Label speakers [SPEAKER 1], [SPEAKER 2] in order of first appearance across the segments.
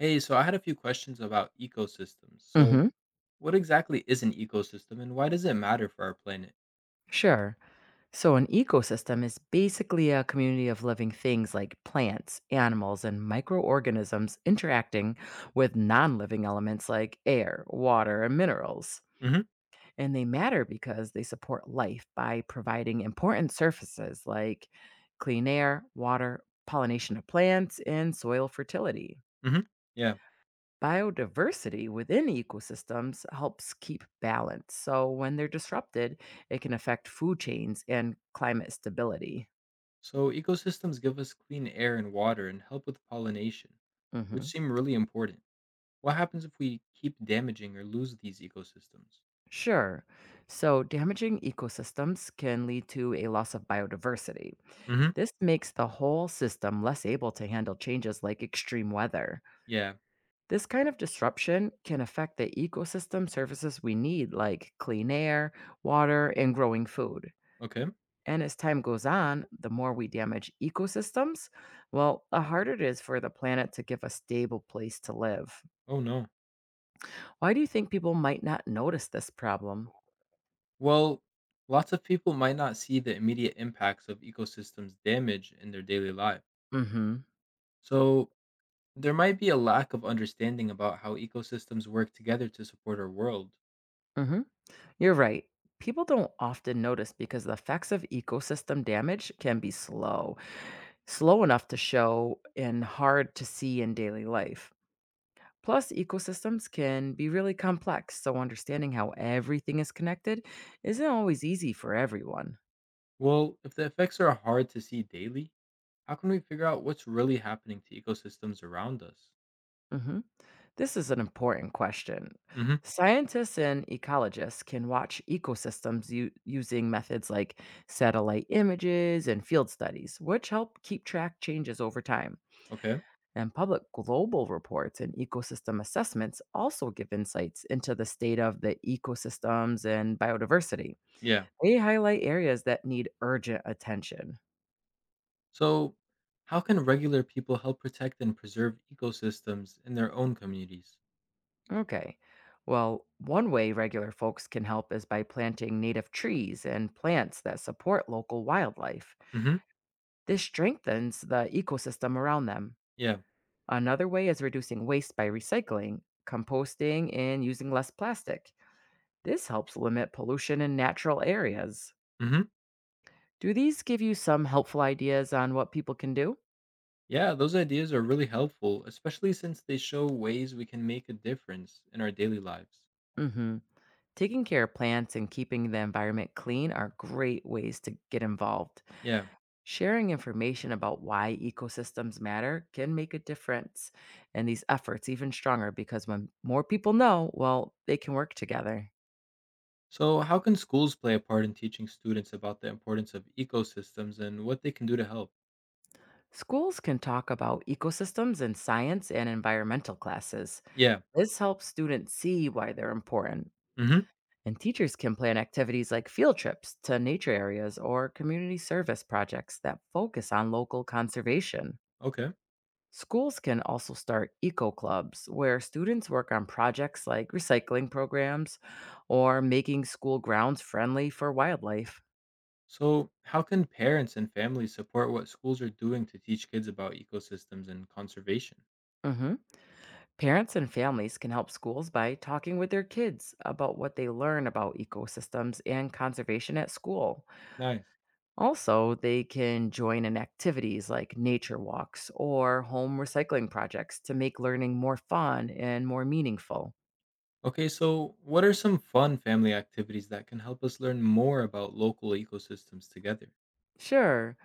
[SPEAKER 1] Hey, so I had a few questions about ecosystems. So,
[SPEAKER 2] Mm-hmm.
[SPEAKER 1] what exactly is an ecosystem and why does it matter for our planet?
[SPEAKER 2] Sure. So, an ecosystem is basically a community of living things like plants, animals, and microorganisms interacting with non living elements like air, water, and minerals.
[SPEAKER 1] Hmm.
[SPEAKER 2] And they matter because they support life by providing important surfaces like clean air, water, pollination of plants, and soil fertility.
[SPEAKER 1] Hmm. Yeah.
[SPEAKER 2] Biodiversity within ecosystems helps keep balance. So when they're disrupted, it can affect food chains and climate stability.
[SPEAKER 1] So, ecosystems give us clean air and water and help with pollination, which
[SPEAKER 2] Mhm.
[SPEAKER 1] seem really important. What happens if we keep damaging or lose these ecosystems?
[SPEAKER 2] Sure. So damaging ecosystems can lead to a loss of biodiversity.
[SPEAKER 1] Hmm.
[SPEAKER 2] This makes the whole system less able to handle changes like extreme weather.
[SPEAKER 1] Yeah.
[SPEAKER 2] This kind of disruption can affect the ecosystem services we need, like clean air, water, and growing food.
[SPEAKER 1] Okay.
[SPEAKER 2] And as time goes on, the more we damage ecosystems, well, the harder it is for the planet to give a stable place to live.
[SPEAKER 1] Oh, no.
[SPEAKER 2] Why do you think people might not notice this problem?
[SPEAKER 1] Well, lots of people might not see the immediate impacts of ecosystems damage in their daily life.
[SPEAKER 2] Mm-hmm.
[SPEAKER 1] So, there might be a lack of understanding about how ecosystems work together to support our world.
[SPEAKER 2] Mm-hmm. You're right. People don't often notice because the effects of ecosystem damage can be slow, slow enough to show and hard to see in daily life. Plus, ecosystems can be really complex, so understanding how everything is connected isn't always easy for everyone.
[SPEAKER 1] Well, if the effects are hard to see daily, how can we figure out what's really happening to ecosystems around us?
[SPEAKER 2] Hmm. This is an important question.
[SPEAKER 1] Hmm.
[SPEAKER 2] Scientists and ecologists can watch ecosystems using methods like satellite images and field studies, which help keep track changes over time.
[SPEAKER 1] Okay.
[SPEAKER 2] And public global reports and ecosystem assessments also give insights into the state of the ecosystems and biodiversity.
[SPEAKER 1] Yeah.
[SPEAKER 2] They highlight areas that need urgent attention.
[SPEAKER 1] So, how can regular people help protect and preserve ecosystems in their own communities?
[SPEAKER 2] Okay. Well, one way regular folks can help is by planting native trees and plants that support local wildlife.
[SPEAKER 1] Hmm.
[SPEAKER 2] This strengthens the ecosystem around them.
[SPEAKER 1] Yeah.
[SPEAKER 2] Another way is reducing waste by recycling, composting, and using less plastic. This helps limit pollution in natural areas.
[SPEAKER 1] Hmm.
[SPEAKER 2] Do these give you some helpful ideas on what people can do?
[SPEAKER 1] Yeah, those ideas are really helpful, especially since they show ways we can make a difference in our daily lives.
[SPEAKER 2] Mm-hmm. Taking care of plants and keeping the environment clean are great ways to get involved.
[SPEAKER 1] Yeah.
[SPEAKER 2] Sharing information about why ecosystems matter can make a difference in these efforts even stronger because when more people know, well, they can work together.
[SPEAKER 1] So, how can schools play a part in teaching students about the importance of ecosystems and what they can do to help?
[SPEAKER 2] Schools can talk about ecosystems in science and environmental classes.
[SPEAKER 1] Yeah.
[SPEAKER 2] This helps students see why they're important.
[SPEAKER 1] Hmm.
[SPEAKER 2] And teachers can plan activities like field trips to nature areas or community service projects that focus on local conservation.
[SPEAKER 1] Okay.
[SPEAKER 2] Schools can also start eco clubs where students work on projects like recycling programs or making school grounds friendly for wildlife.
[SPEAKER 1] So, how can parents and families support what schools are doing to teach kids about ecosystems and conservation?
[SPEAKER 2] Mhm. Parents and families can help schools by talking with their kids about what they learn about ecosystems and conservation at school.
[SPEAKER 1] Nice.
[SPEAKER 2] Also, they can join in activities like nature walks or home recycling projects to make learning more fun and more meaningful.
[SPEAKER 1] Okay, so what are some fun family activities that can help us learn more about local ecosystems together?
[SPEAKER 2] Sure.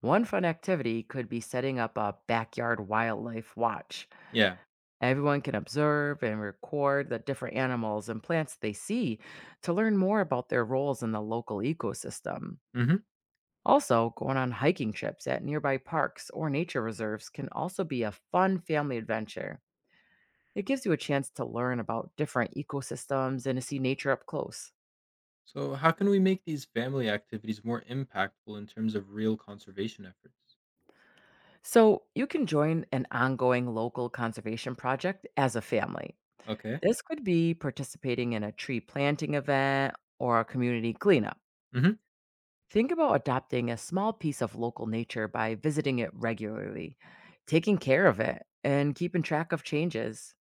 [SPEAKER 2] One fun activity could be setting up a backyard wildlife watch.
[SPEAKER 1] Yeah.
[SPEAKER 2] Everyone can observe and record the different animals and plants they see to learn more about their roles in the local ecosystem.
[SPEAKER 1] Hmm.
[SPEAKER 2] Also, going on hiking trips at nearby parks or nature reserves can also be a fun family adventure. It gives you a chance to learn about different ecosystems and to see nature up close.
[SPEAKER 1] So, how can we make these family activities more impactful in terms of real conservation efforts?
[SPEAKER 2] So, you can join an ongoing local conservation project as a family.
[SPEAKER 1] Okay.
[SPEAKER 2] This could be participating in a tree planting event or a community cleanup.
[SPEAKER 1] Hmm.
[SPEAKER 2] Think about adopting a small piece of local nature by visiting it regularly, taking care of it, and keeping track of changes.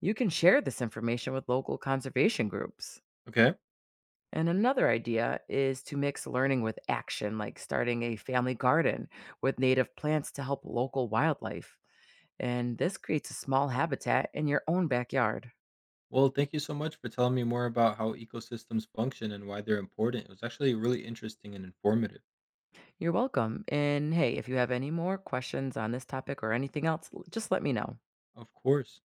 [SPEAKER 2] You can share this information with local conservation groups.
[SPEAKER 1] Okay.
[SPEAKER 2] And another idea is to mix learning with action, like starting a family garden with native plants to help local wildlife. And this creates a small habitat in your own backyard.
[SPEAKER 1] Well, thank you so much for telling me more about how ecosystems function and why they're important. It was actually really interesting and informative.
[SPEAKER 2] You're welcome. And hey, if you have any more questions on this topic or anything else, just let me know.
[SPEAKER 1] Of course.